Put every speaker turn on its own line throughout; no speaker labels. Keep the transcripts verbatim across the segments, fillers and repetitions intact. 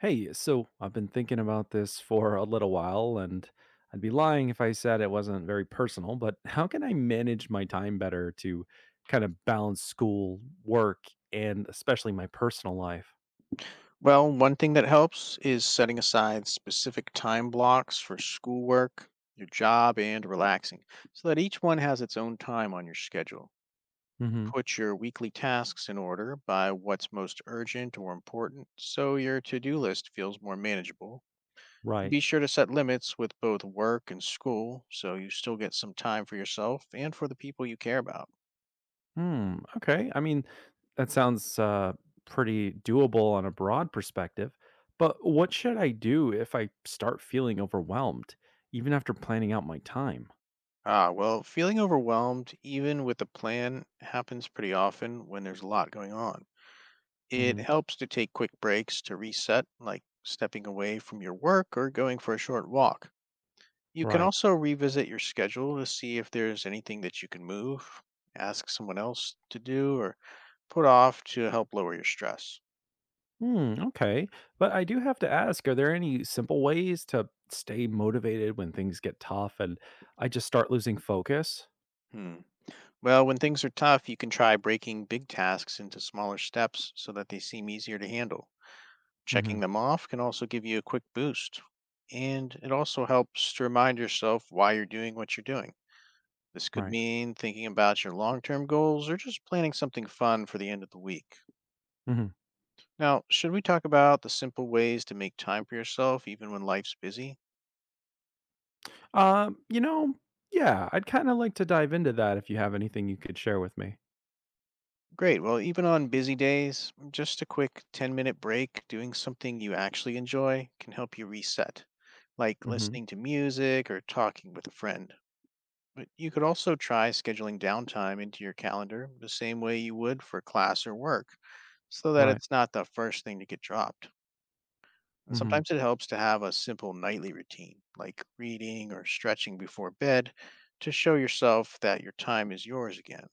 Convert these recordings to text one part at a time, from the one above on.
Hey, so I've been thinking about this for a little while, and I'd be lying if I said it wasn't very personal, but how can I manage my time better to kind of balance school, work, and especially my personal life?
Well, one thing that helps is setting aside specific time blocks for schoolwork, your job, and relaxing so that each one has its own time on your schedule.
Hmm.
Put your weekly tasks in order by what's most urgent or important so your to do list feels more manageable. And
Right.
be sure to set limits with both work and school so you still get some time for yourself and for the people you care about.
Hmm. Okay. I mean, that sounds uh, pretty doable on a broad perspective, but what should I do if I start feeling overwhelmed, even after planning out my time?
Ah, well, feeling overwhelmed, even with a plan, happens pretty often when there's a lot going on.
Hmm.
It helps to take quick breaks to reset, like stepping away from your work or going for a short walk. You can
Right.
also revisit your schedule to see if there's anything that you can move, ask someone else to do, or put off to help lower your stress.
Hmm, okay. But I do have to ask, are there any simple ways to stay motivated when things get tough and I just start losing focus?
Hmm. Well, when things are tough, you can try breaking big tasks into smaller steps so that they seem easier to handle.
Hmm.
Checking them off can also give you a quick boost. And it also helps to remind yourself why you're doing what you're doing. This could
Right.
mean thinking about your long term goals or just planning something fun for the end of the week.
Hmm.
Now, should we talk about the simple ways to make time for yourself even when life's busy?
Um, you know, yeah, I'd kind of like to dive into that if you have anything you could share with me.
Great. Well, even on busy days, just a quick ten minute break doing something you actually enjoy can help you reset, like
Hmm.
listening to music or talking with a friend. But you could also try scheduling downtime into your calendar the same way you would for class or work so that
Right.
it's not the first thing to get dropped. And
Hmm.
sometimes it helps to have a simple nightly routine, like reading or stretching before bed, to show yourself that your time is yours again.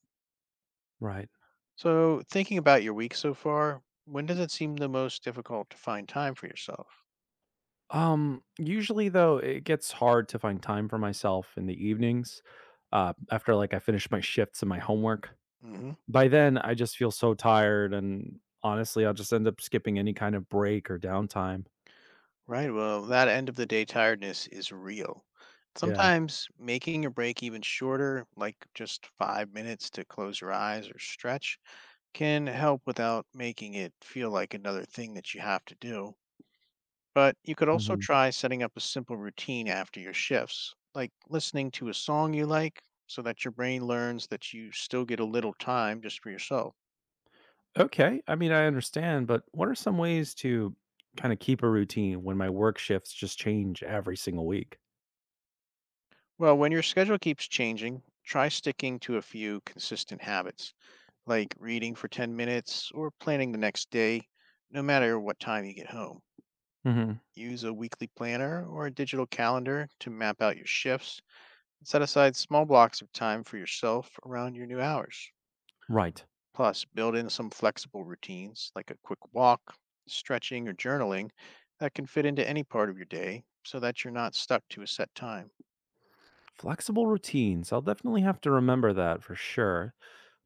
Right.
So, thinking about your week so far, when does it seem the most difficult to find time for yourself?
Um, usually though, it gets hard to find time for myself in the evenings, uh, after like I finish my shifts and my homework.
hmm
By then I just feel so tired and honestly, I'll just end up skipping any kind of break or downtime.
Right. Well, that end of the day tiredness is real.
Yeah.
Sometimes making your break even shorter, like just five minutes to close your eyes or stretch, can help without making it feel like another thing that you have to do. But you could also
Hmm.
try setting up a simple routine after your shifts, like listening to a song you like so that your brain learns that you still get a little time just for yourself.
Okay. I mean, I understand, but what are some ways to kind of keep a routine when my work shifts just change every single week?
Well, when your schedule keeps changing, try sticking to a few consistent habits, like reading for ten minutes or planning the next day, no matter what time you get home.
Hmm.
Use a weekly planner or a digital calendar to map out your shifts. Set aside small blocks of time for yourself around your new hours.
Right.
Plus, build in some flexible routines like a quick walk, stretching, or journaling that can fit into any part of your day so that you're not stuck to a set time.
Flexible routines. I'll definitely have to remember that for sure.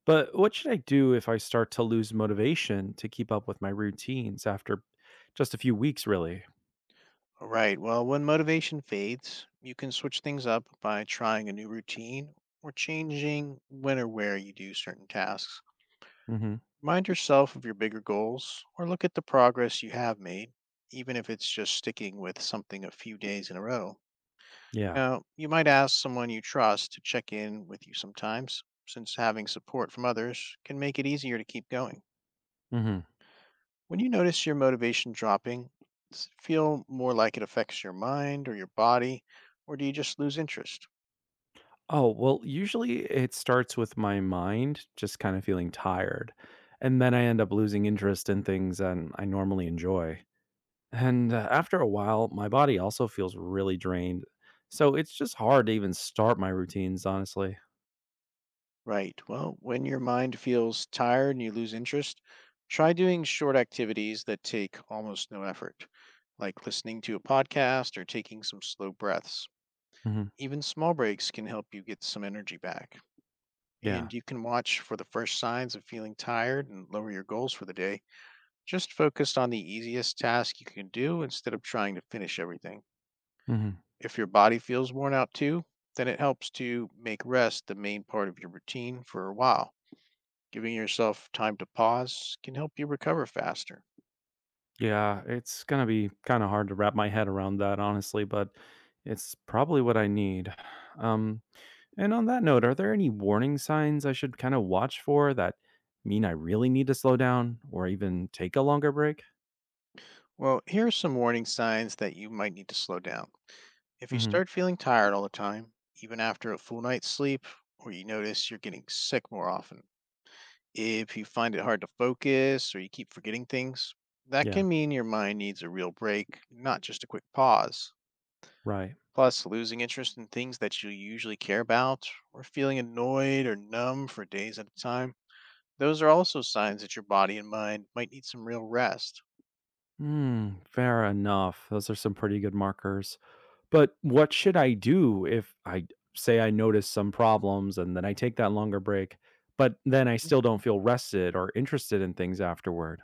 But what should I do if I start to lose motivation to keep up with my routines after just a few weeks, really?
All right, well, when motivation fades, you can switch things up by trying a new routine or changing when or where you do certain tasks.
Hmm.
Remind yourself of your bigger goals or look at the progress you have made, even if it's just sticking with something a few days in a row.
Yeah.
Now, you might ask someone you trust to check in with you sometimes, since having support from others can make it easier to keep going. When you notice your motivation dropping, does it feel more like it affects your mind or your body, or do you just lose interest?
Oh, well, usually it starts with my mind just kind of feeling tired. And then I end up losing interest in things and I normally enjoy. And uh, after a while, my body also feels really drained. So it's just hard to even start my routines, honestly.
Right. Well, when your mind feels tired and you lose interest, try doing short activities that take almost no effort, like listening to a podcast or taking some slow breaths.
Hmm.
Even small breaks can help you get some energy back.
Yeah.
And you can watch for the first signs of feeling tired and lower your goals for the day. Just focus on the easiest task you can do instead of trying to finish everything.
Hmm.
If your body feels worn out too, then it helps to make rest the main part of your routine for a while. Giving yourself time to pause can help you recover faster.
Yeah. It's going to be kind of hard to wrap my head around that, honestly, but it's probably what I need. Um, And on that note, are there any warning signs I should kind of watch for that mean I really need to slow down or even take a longer break?
Well, here are some warning signs that you might need to slow down. If you
Hmm.
start feeling tired all the time, even after a full night's sleep, or you notice you're getting sick more often, if you find it hard to focus or you keep forgetting things, that
Yeah,
can mean your mind needs a real break, not just a quick pause.
right.
Plus, losing interest in things that you usually care about or feeling annoyed or numb for days at a time, those are also signs that your body and mind might need some real rest.
Hmm, fair enough. Those are some pretty good markers. But what should I do if I d- say I notice some problems and then I take that longer break, but then I still don't feel rested or interested in things afterward?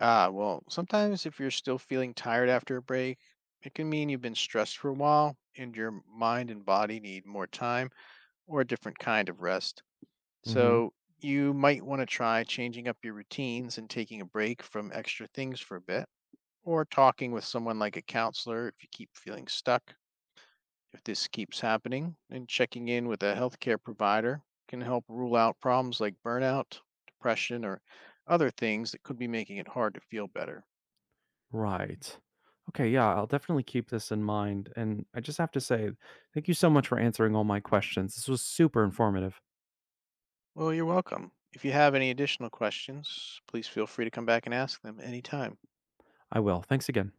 Ah, well, sometimes if you're still feeling tired after a break, it can mean you've been stressed for a while and your mind and body need more time or a different kind of rest.
Hmm.
So you might want to try changing up your routines and taking a break from extra things for a bit, or talking with someone like a counselor if you keep feeling stuck. If this keeps happening, and checking in with a healthcare provider can help rule out problems like burnout, depression, or other things that could be making it hard to feel better.
Right. Okay, yeah, I'll definitely keep this in mind. And I just have to say, thank you so much for answering all my questions. This was super informative.
Well, you're welcome. If you have any additional questions, please feel free to come back and ask them anytime.
I will. Thanks again.